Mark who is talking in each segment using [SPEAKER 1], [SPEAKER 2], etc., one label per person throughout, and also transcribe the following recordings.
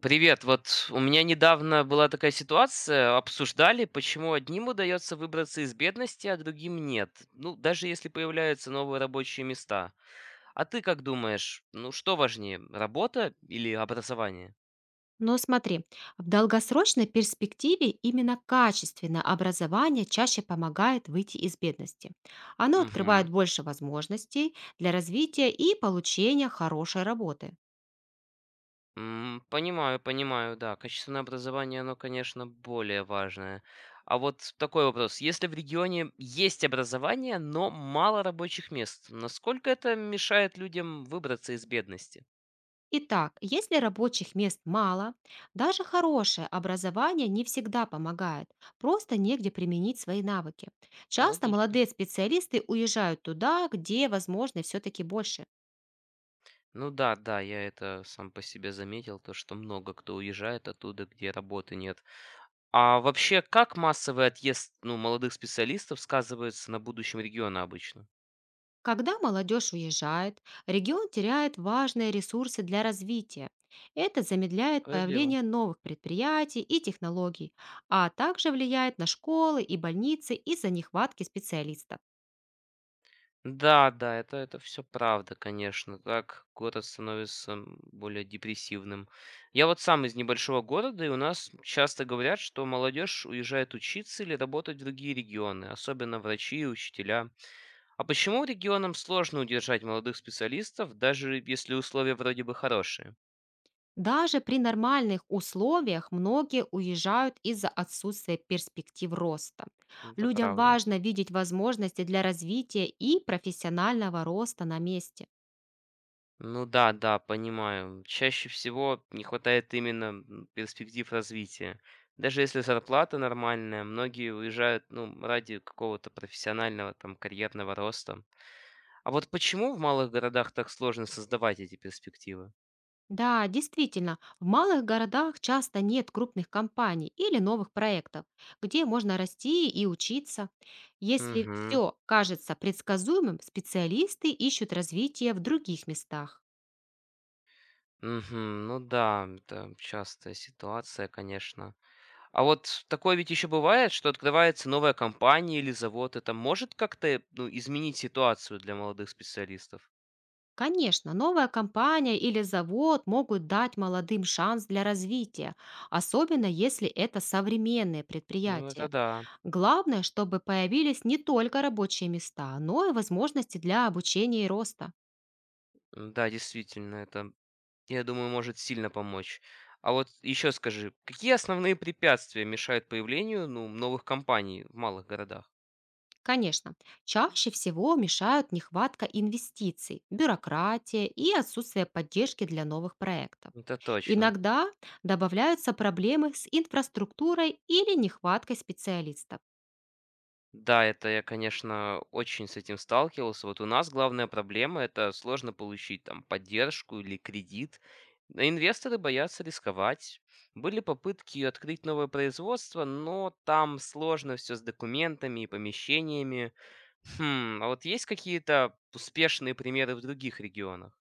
[SPEAKER 1] Привет. Вот у меня недавно была такая ситуация. Обсуждали, почему одним удается выбраться из бедности, а другим нет. Ну, даже если появляются новые рабочие места. А ты как думаешь, ну что важнее, работа или образование?
[SPEAKER 2] Но смотри, в долгосрочной перспективе именно качественное образование чаще помогает выйти из бедности. Оно открывает
[SPEAKER 1] Угу.
[SPEAKER 2] больше возможностей для развития и получения хорошей работы.
[SPEAKER 1] Понимаю, понимаю, да. Качественное образование, оно, конечно, более важное. А вот такой вопрос. Если в регионе есть образование, но мало рабочих мест, насколько это мешает людям выбраться из бедности?
[SPEAKER 2] Итак, если рабочих мест мало, даже хорошее образование не всегда помогает, просто негде применить свои навыки. Часто
[SPEAKER 1] Логично.
[SPEAKER 2] молодые специалисты уезжают туда, где возможно все-таки больше.
[SPEAKER 1] Ну да, да, я это сам по себе заметил, то что много кто уезжает оттуда, где работы нет. А вообще, как массовый отъезд молодых специалистов сказывается на будущем региона обычно?
[SPEAKER 2] Когда молодежь уезжает, регион теряет важные ресурсы для развития. Это замедляет
[SPEAKER 1] Справедливо.
[SPEAKER 2] появление новых предприятий и технологий, а также влияет на школы и больницы из-за нехватки специалистов.
[SPEAKER 1] Да, да, это все правда, конечно. Так город становится более депрессивным. Я вот сам из небольшого города, и у нас часто говорят, что молодежь уезжает учиться или работать в другие регионы, особенно врачи и учителя. А почему регионам сложно удержать молодых специалистов, даже если условия вроде бы хорошие?
[SPEAKER 2] Даже при нормальных условиях многие уезжают из-за отсутствия перспектив роста.
[SPEAKER 1] Это
[SPEAKER 2] Людям
[SPEAKER 1] правда.
[SPEAKER 2] важно видеть возможности для развития и профессионального роста на месте.
[SPEAKER 1] Ну да, да, понимаю. Чаще всего не хватает именно перспектив развития. Даже если зарплата нормальная, многие уезжают, ну, ради какого-то профессионального, там, карьерного роста. А вот почему в малых городах так сложно создавать эти перспективы?
[SPEAKER 2] Да, действительно, в малых городах часто нет крупных компаний или новых проектов, где можно расти и учиться. Если
[SPEAKER 1] Угу,
[SPEAKER 2] все кажется предсказуемым, специалисты ищут развитие в других местах.
[SPEAKER 1] угу, ну да, это частая ситуация, конечно. А вот такое ведь еще бывает, что открывается новая компания или завод. Это может как-то ну, изменить ситуацию для молодых специалистов?
[SPEAKER 2] Конечно, новая компания или завод могут дать молодым шанс для развития, особенно если это современные
[SPEAKER 1] Ну, это
[SPEAKER 2] предприятия.
[SPEAKER 1] да.
[SPEAKER 2] Главное, чтобы появились не только рабочие места, но и возможности для обучения и роста.
[SPEAKER 1] Да, действительно, это, я думаю, может сильно помочь. А вот еще скажи, какие основные препятствия мешают появлению ну, новых компаний в малых городах?
[SPEAKER 2] Конечно, чаще всего мешают нехватка инвестиций, бюрократия и отсутствие поддержки для новых проектов.
[SPEAKER 1] Это точно.
[SPEAKER 2] Иногда добавляются проблемы с инфраструктурой или нехваткой специалистов.
[SPEAKER 1] Да, это я, конечно, очень с этим сталкивался. Вот у нас главная проблема – это сложно получить там поддержку или кредит. Но инвесторы боятся рисковать. Были попытки открыть новое производство, но там сложно все с документами и помещениями. Хм, а вот есть какие-то успешные примеры в других регионах?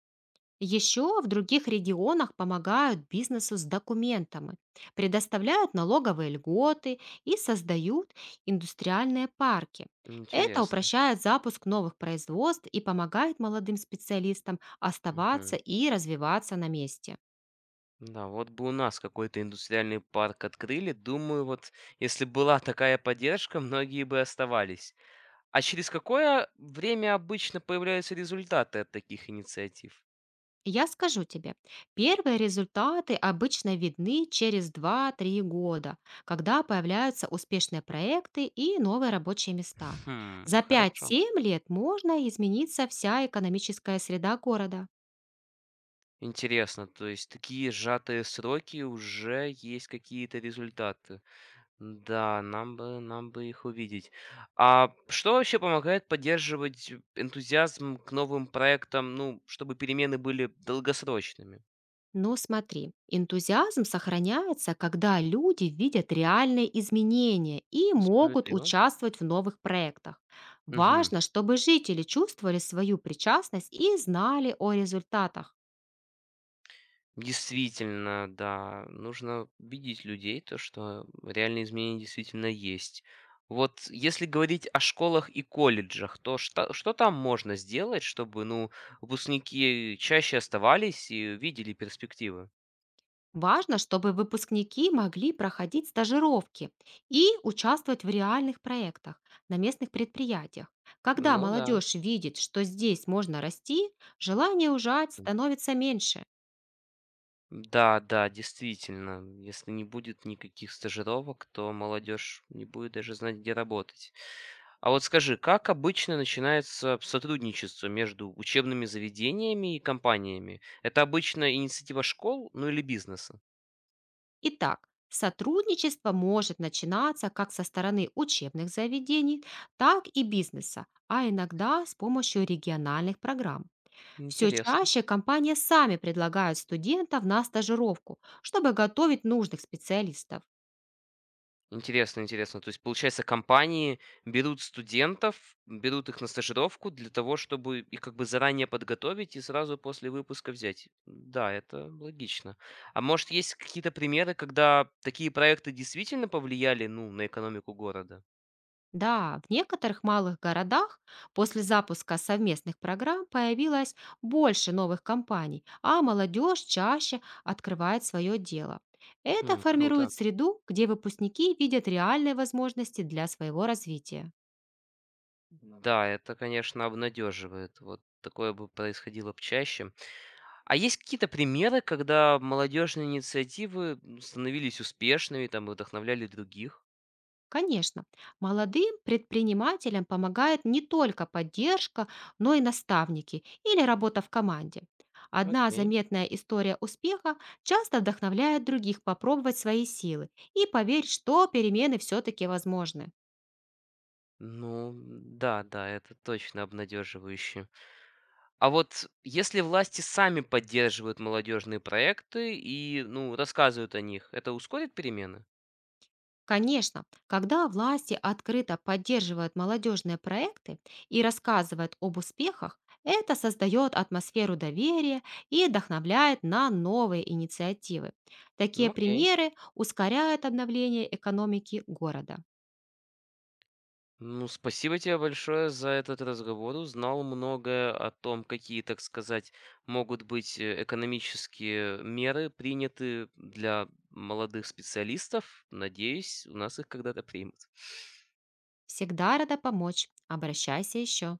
[SPEAKER 2] Еще в других регионах помогают бизнесу с документами, предоставляют налоговые льготы и создают индустриальные парки. Это
[SPEAKER 1] Интересно.
[SPEAKER 2] упрощает запуск новых производств и помогает молодым специалистам оставаться
[SPEAKER 1] Мгм.
[SPEAKER 2] и развиваться на месте.
[SPEAKER 1] Да, вот бы у нас какой-то индустриальный парк открыли, думаю, вот если была такая поддержка, многие бы оставались. А через какое время обычно появляются результаты от таких инициатив?
[SPEAKER 2] Я скажу тебе, первые результаты обычно видны через два-три года, когда появляются успешные проекты и новые рабочие места.
[SPEAKER 1] Хм,
[SPEAKER 2] За
[SPEAKER 1] хорошо.
[SPEAKER 2] пять-семь лет можно измениться вся экономическая среда города.
[SPEAKER 1] Интересно, то есть такие сжатые сроки уже есть какие-то результаты. Да, нам бы их увидеть. А что вообще помогает поддерживать энтузиазм к новым проектам, ну, чтобы перемены были долгосрочными?
[SPEAKER 2] Но смотри, энтузиазм сохраняется, когда люди видят реальные изменения и
[SPEAKER 1] Ну,
[SPEAKER 2] могут
[SPEAKER 1] справедливо.
[SPEAKER 2] участвовать в новых проектах.
[SPEAKER 1] Мгм.
[SPEAKER 2] Важно, чтобы жители чувствовали свою причастность и знали о результатах.
[SPEAKER 1] Действительно, да, нужно убедить людей, то, что реальные изменения действительно есть. Вот если говорить о школах и колледжах, то что там можно сделать, чтобы, ну, выпускники чаще оставались и видели перспективы?
[SPEAKER 2] Важно, чтобы выпускники могли проходить стажировки и участвовать в реальных проектах на местных предприятиях. Когда
[SPEAKER 1] Ну да.
[SPEAKER 2] молодежь видит, что здесь можно расти, желание ужать становится меньше.
[SPEAKER 1] Да, да, действительно, если не будет никаких стажировок, то молодежь не будет даже знать, где работать. А вот скажи, как обычно начинается сотрудничество между учебными заведениями и компаниями? Это обычно инициатива школ, ну или бизнеса?
[SPEAKER 2] Итак, сотрудничество может начинаться как со стороны учебных заведений, так и бизнеса, а иногда с помощью региональных программ. Все
[SPEAKER 1] Интересно.
[SPEAKER 2] чаще компании сами предлагают студентов на стажировку, чтобы готовить нужных специалистов.
[SPEAKER 1] Интересно, интересно. То есть, получается, компании берут студентов, берут их на стажировку для того, чтобы их как бы заранее подготовить и сразу после выпуска взять. Да, это логично. А может, есть какие-то примеры, когда такие проекты действительно повлияли, ну, на экономику города?
[SPEAKER 2] Да, в некоторых малых городах после запуска совместных программ появилось больше новых компаний, а молодежь чаще открывает свое дело. Это
[SPEAKER 1] Хм, круто.
[SPEAKER 2] формирует среду, где выпускники видят реальные возможности для своего развития.
[SPEAKER 1] Да, это, конечно, обнадеживает. Вот такое бы происходило б чаще. А есть какие-то примеры, когда молодежные инициативы становились успешными, там, и вдохновляли других?
[SPEAKER 2] Конечно, молодым предпринимателям помогает не только поддержка, но и наставники или работа в команде. Одна
[SPEAKER 1] Окей.
[SPEAKER 2] заметная история успеха часто вдохновляет других попробовать свои силы и поверить, что перемены все-таки возможны.
[SPEAKER 1] Ну да, да, это точно обнадеживающе. А вот если власти сами поддерживают молодежные проекты и, ну, рассказывают о них, это ускорит перемены?
[SPEAKER 2] Конечно, когда власти открыто поддерживают молодежные проекты и рассказывают об успехах, это создает атмосферу доверия и вдохновляет на новые инициативы. Такие
[SPEAKER 1] Ну, окей.
[SPEAKER 2] примеры ускоряют обновление экономики города.
[SPEAKER 1] Ну, спасибо тебе большое за этот разговор. Узнал многое о том, какие, так сказать, могут быть экономические меры приняты для молодых специалистов. Надеюсь, у нас их когда-то примут.
[SPEAKER 2] Всегда рада помочь. Обращайся еще.